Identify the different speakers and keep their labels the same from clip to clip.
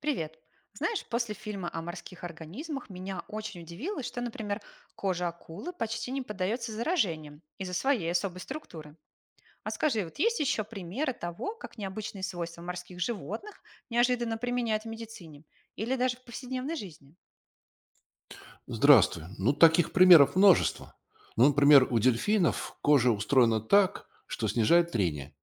Speaker 1: Привет. Знаешь, после фильма о морских организмах меня очень удивило, что, например, кожа акулы почти не поддается заражениям из-за своей особой структуры. А скажи, вот есть еще примеры того, как необычные свойства морских животных неожиданно применяют в медицине или даже в повседневной жизни?
Speaker 2: Здравствуй. Ну, таких примеров множество. Ну, например, у дельфинов кожа устроена так, что снижает трение.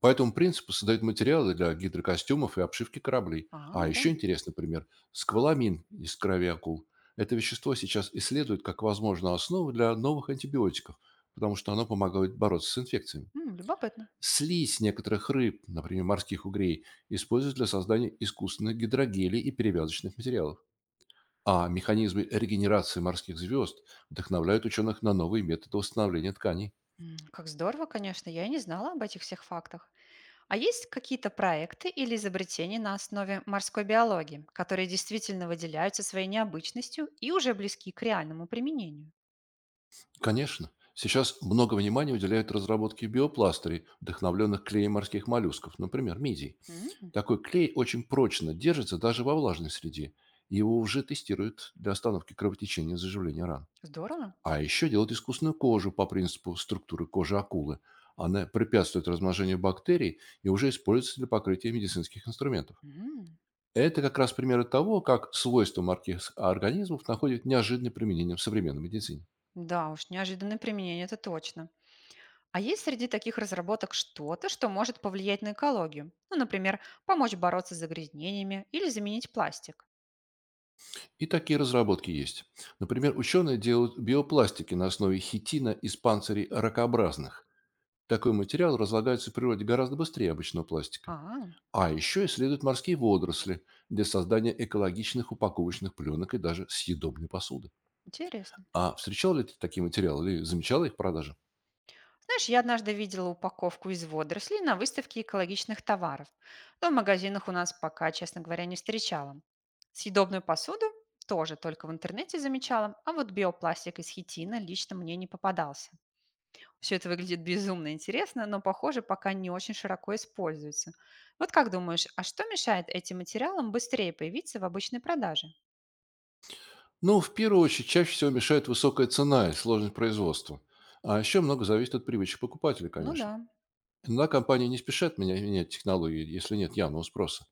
Speaker 2: По этому принципу создают материалы для гидрокостюмов и обшивки кораблей.
Speaker 1: А,
Speaker 2: А
Speaker 1: да.
Speaker 2: еще интересный пример– скваламин из крови акул. Это вещество сейчас исследуют как возможную основу для новых антибиотиков, потому что оно помогает бороться с инфекциями.
Speaker 1: Любопытно.
Speaker 2: Слизь некоторых рыб, например, морских угрей, используют для создания искусственных гидрогелей и перевязочных материалов. А механизмы регенерации морских звезд вдохновляют ученых на новые методы восстановления тканей.
Speaker 1: Как здорово, конечно, я и не знала об этих всех фактах. А есть какие-то проекты или изобретения на основе морской биологии, которые действительно выделяются своей необычностью и уже близки к реальному применению?
Speaker 2: Конечно, сейчас много внимания уделяют разработке биопластырей, вдохновленных клеем морских моллюсков, например, мидий.
Speaker 1: М,
Speaker 2: Такой клей очень прочно держится даже во влажной среде, и его уже тестируют для остановки кровотечения и заживления ран.
Speaker 1: Здорово.
Speaker 2: А еще делают искусственную кожу по принципу структуры кожи акулы. Она препятствует размножению бактерий и уже используется для покрытия медицинских инструментов.
Speaker 1: М,
Speaker 2: Это как раз примеры того, как свойства морских организмов находят неожиданное применение в современной медицине.
Speaker 1: Да уж, неожиданное применение, это точно. А есть среди таких разработок что-то, что может повлиять на экологию? Ну, например, помочь бороться с загрязнениями или заменить пластик?
Speaker 2: И такие разработки есть. Например, ученые делают биопластики на основе хитина из панцирей ракообразных. Такой материал разлагается в природе гораздо быстрее обычного пластика.
Speaker 1: А,
Speaker 2: А еще исследуют морские водоросли для создания экологичных упаковочных пленок и даже съедобной посуды.
Speaker 1: интересно.
Speaker 2: А встречал ли ты такие материалы или замечал их продажи?
Speaker 1: Знаешь, я однажды видела упаковку из водорослей на выставке экологичных товаров, но в магазинах у нас пока, честно говоря, не встречала. Съедобную посуду тоже только в интернете замечала, а вот биопластик из хитина лично мне не попадался. Все это выглядит безумно интересно, но, похоже, пока не очень широко используется. Вот как думаешь, а что мешает этим материалам быстрее появиться в обычной продаже?
Speaker 2: Ну, в первую очередь, чаще всего мешает высокая цена и сложность производства. А еще много зависит от привычек покупателя,
Speaker 1: Ну да.
Speaker 2: конечно. Иногда компании не спешат менять технологии, если нет явного спроса.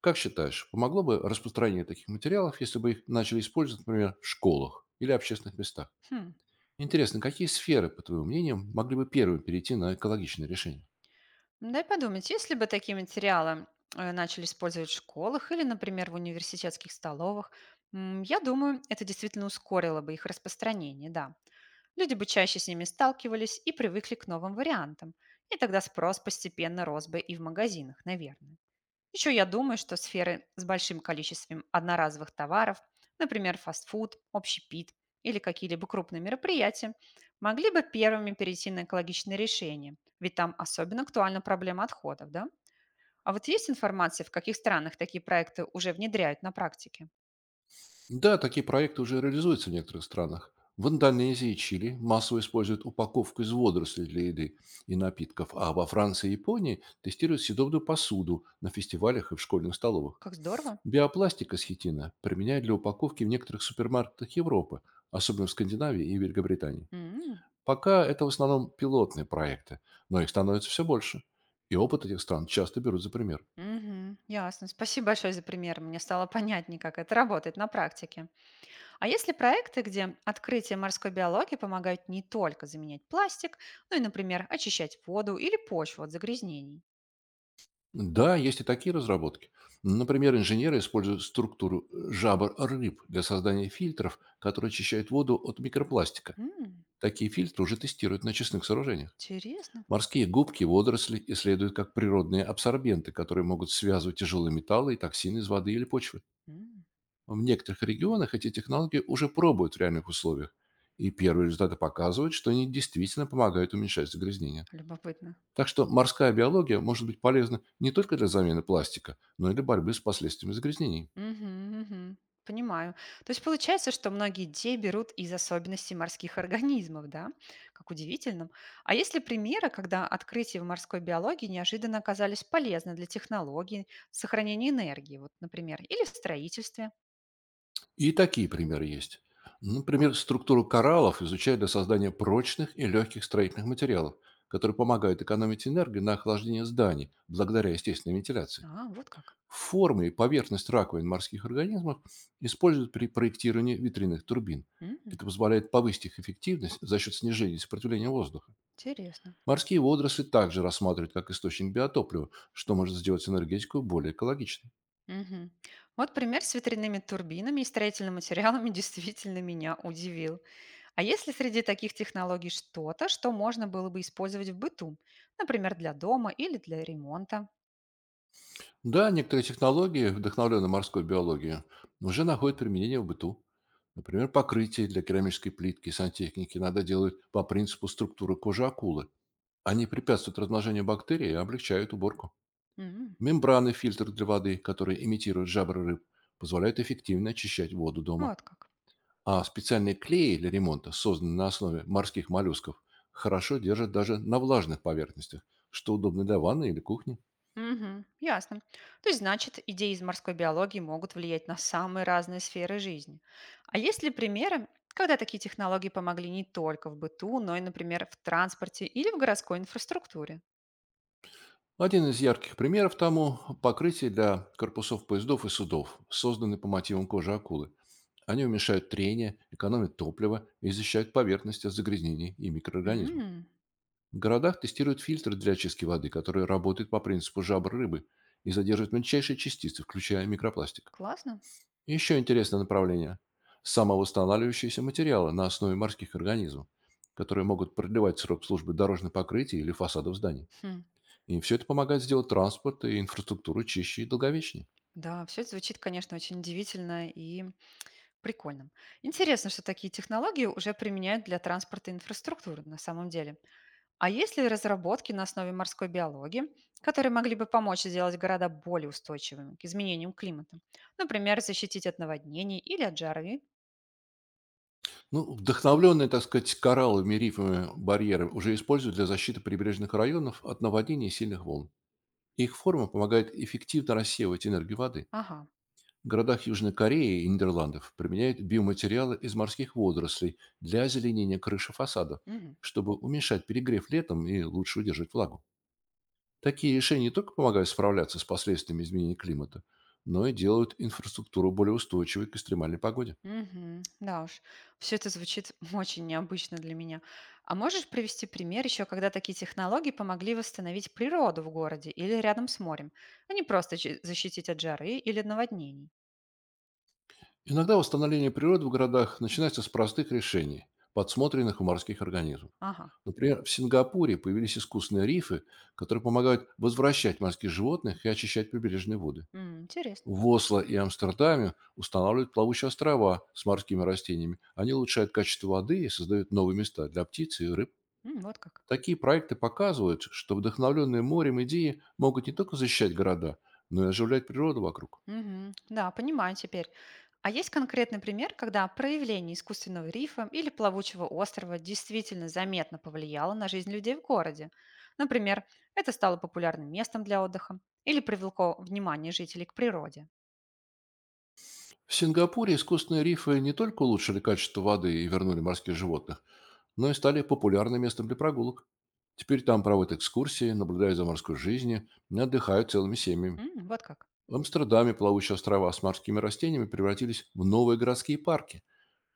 Speaker 2: Как считаешь, помогло бы распространение таких материалов, если бы их начали использовать, например, в школах или общественных местах?
Speaker 1: Хм.
Speaker 2: Интересно, какие сферы, по твоему мнению, могли бы первыми перейти на экологичные решения?
Speaker 1: Ну, дай подумать, если бы такие материалы начали использовать в школах или, например, в университетских столовых, я думаю, это действительно ускорило бы их распространение, да. Люди бы чаще с ними сталкивались и привыкли к новым вариантам. И тогда спрос постепенно рос бы и в магазинах, наверное. Еще я думаю, что сферы с большим количеством одноразовых товаров, например, фастфуд, общепит или какие-либо крупные мероприятия, могли бы первыми перейти на экологичные решения, ведь там особенно актуальна проблема отходов, да? А вот есть информация, в каких странах такие проекты уже внедряют на практике?
Speaker 2: Да, такие проекты уже реализуются в некоторых странах. В Индонезии и Чили массово используют упаковку из водорослей для еды и напитков, а во Франции и Японии тестируют съедобную посуду на фестивалях и в школьных столовых.
Speaker 1: Как здорово.
Speaker 2: Биопластик из хитина применяют для упаковки в некоторых супермаркетах Европы, особенно в Скандинавии и Великобритании.
Speaker 1: М,
Speaker 2: Пока это в основном пилотные проекты, но их становится все больше, и опыт этих стран часто берут за пример.
Speaker 1: мгм, ясно. Спасибо большое за пример. Мне стало понятнее, как это работает на практике. А есть ли проекты, где открытия морской биологии помогают не только заменять пластик, но и, например, очищать воду или почву от загрязнений?
Speaker 2: Да, есть и такие разработки. Например, инженеры используют структуру жабр рыб для создания фильтров, которые очищают воду от микропластика.
Speaker 1: М,
Speaker 2: Такие фильтры уже тестируют на честных сооружениях.
Speaker 1: интересно.
Speaker 2: Морские губки водоросли исследуют как природные абсорбенты, которые могут связывать тяжелые металлы и токсины из воды или почвы.
Speaker 1: М,
Speaker 2: В некоторых регионах эти технологии уже пробуют в реальных условиях, и первые результаты показывают, что они действительно помогают уменьшать загрязнение.
Speaker 1: любопытно.
Speaker 2: Так что морская биология может быть полезна не только для замены пластика, но и для борьбы с последствиями загрязнений.
Speaker 1: Мгм, мгм. Понимаю. То есть получается, что многие идеи берут из особенностей морских организмов, да? Как удивительно. А есть ли примеры, когда открытия в морской биологии неожиданно оказались полезны для технологий сохранения энергии, вот, например, или в строительстве?
Speaker 2: И такие примеры есть. Например, структуру кораллов изучают для создания прочных и легких строительных материалов, которые помогают экономить энергию на охлаждение зданий благодаря естественной вентиляции.
Speaker 1: А, вот как.
Speaker 2: Формы и поверхность раковин морских организмов используют при проектировании ветряных турбин.
Speaker 1: М,
Speaker 2: Это позволяет повысить их эффективность за счет снижения сопротивления воздуха.
Speaker 1: Интересно.
Speaker 2: Морские водоросли также рассматривают как источник биотоплива, что может сделать энергетику более экологичной.
Speaker 1: Мгм. Вот пример с ветряными турбинами и строительными материалами действительно меня удивил. А есть ли среди таких технологий что-то, что можно было бы использовать в быту? Например, для дома или для ремонта?
Speaker 2: Да, некоторые технологии, вдохновленные морской биологией, уже находят применение в быту. Например, покрытие для керамической плитки и сантехники иногда делают по принципу структуры кожи акулы. Они препятствуют размножению бактерий и облегчают уборку.
Speaker 1: М,
Speaker 2: Мембраны фильтр для воды, которые имитируют жабры рыб, позволяют эффективно очищать воду дома.
Speaker 1: Вот как.
Speaker 2: А специальные клеи для ремонта, созданные на основе морских моллюсков, хорошо держат даже на влажных поверхностях, что удобно для ванны или кухни.
Speaker 1: Мгм. Ясно. То есть, значит, идеи из морской биологии могут влиять на самые разные сферы жизни. А есть ли примеры, когда такие технологии помогли не только в быту, но и, например, в транспорте или в городской инфраструктуре?
Speaker 2: Один из ярких примеров тому– покрытие для корпусов поездов и судов, созданные по мотивам кожи акулы. Они уменьшают трение, экономят топливо и защищают поверхность от загрязнений и микроорганизмов.
Speaker 1: М,
Speaker 2: В городах тестируют фильтр для очистки воды, который работает по принципу жабр рыбы и задерживает мельчайшие частицы, включая микропластик.
Speaker 1: классно.
Speaker 2: Еще интересное направление– самовосстанавливающиеся материалы на основе морских организмов, которые могут продлевать срок службы дорожных покрытий или фасадов зданий.
Speaker 1: Хм.
Speaker 2: И все это помогает сделать транспорт и инфраструктуру чище и долговечнее.
Speaker 1: Да, все это звучит, конечно, очень удивительно и прикольно. Интересно, что такие технологии уже применяют для транспорта и инфраструктуры на самом деле. А есть ли разработки на основе морской биологии, которые могли бы помочь сделать города более устойчивыми к изменениям климата? Например, защитить от наводнений или от жары?
Speaker 2: Ну, вдохновленные, так сказать, коралловыми рифами барьеры уже используют для защиты прибрежных районов от наводнений и сильных волн. Их форма помогает эффективно рассеивать энергию воды.
Speaker 1: Ага.
Speaker 2: В городах Южной Кореи и Нидерландов применяют биоматериалы из морских водорослей для озеленения крыши фасадов,
Speaker 1: Мгм.
Speaker 2: чтобы уменьшать перегрев летом и лучше удерживать влагу. Такие решения не только помогают справляться с последствиями изменения климата, но и делают инфраструктуру более устойчивой к экстремальной погоде.
Speaker 1: Мгм. Да уж, все это звучит очень необычно для меня. А можешь привести пример еще, когда такие технологии помогли восстановить природу в городе или рядом с морем, а не просто защитить от жары или наводнений?
Speaker 2: Иногда восстановление природы в городах начинается с простых решений, подсмотренных у морских организмов.
Speaker 1: Ага,
Speaker 2: Например, в Сингапуре появились искусственные рифы, которые помогают возвращать морских животных и очищать прибережные воды.
Speaker 1: Интересно.
Speaker 2: В Осло и Амстердаме устанавливают плавучие острова с морскими растениями. Они улучшают качество воды и создают новые места для птиц и рыб.
Speaker 1: Вот как.
Speaker 2: Такие проекты показывают, что вдохновленные морем идеи могут не только защищать города, но и оживлять природу вокруг.
Speaker 1: Мгм. Да, понимаю теперь. А есть конкретный пример, когда проявление искусственного рифа или плавучего острова действительно заметно повлияло на жизнь людей в городе? Например, это стало популярным местом для отдыха или привлекло внимание жителей к природе.
Speaker 2: В Сингапуре искусственные рифы не только улучшили качество воды и вернули морских животных, но и стали популярным местом для прогулок. Теперь там проводят экскурсии, наблюдают за морской жизнью и отдыхают целыми семьями.
Speaker 1: Вот как.
Speaker 2: В Амстердаме плавучие острова с морскими растениями превратились в новые городские парки,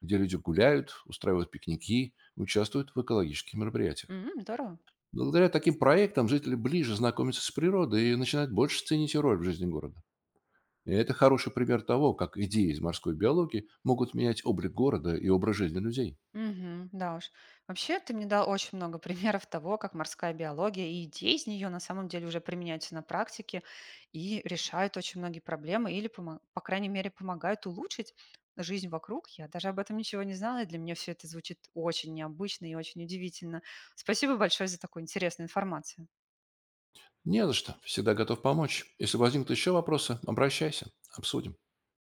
Speaker 2: где люди гуляют, устраивают пикники, участвуют в экологических мероприятиях.
Speaker 1: Здорово.
Speaker 2: Благодаря таким проектам жители ближе знакомятся с природой и начинают больше ценить ее роль в жизни города. И это хороший пример того, как идеи из морской биологии могут менять облик города и образ жизни людей.
Speaker 1: Мгм. Да уж. Вообще, ты мне дал очень много примеров того, как морская биология и идеи из нее на самом деле уже применяются на практике и решают очень многие проблемы или, по крайней мере, помогают улучшить жизнь вокруг. Я даже об этом ничего не знала, и для меня все это звучит очень необычно и очень удивительно. Спасибо большое за такую интересную информацию.
Speaker 2: Не за что. Всегда готов помочь. Если возникнут еще вопросы, обращайся. Обсудим.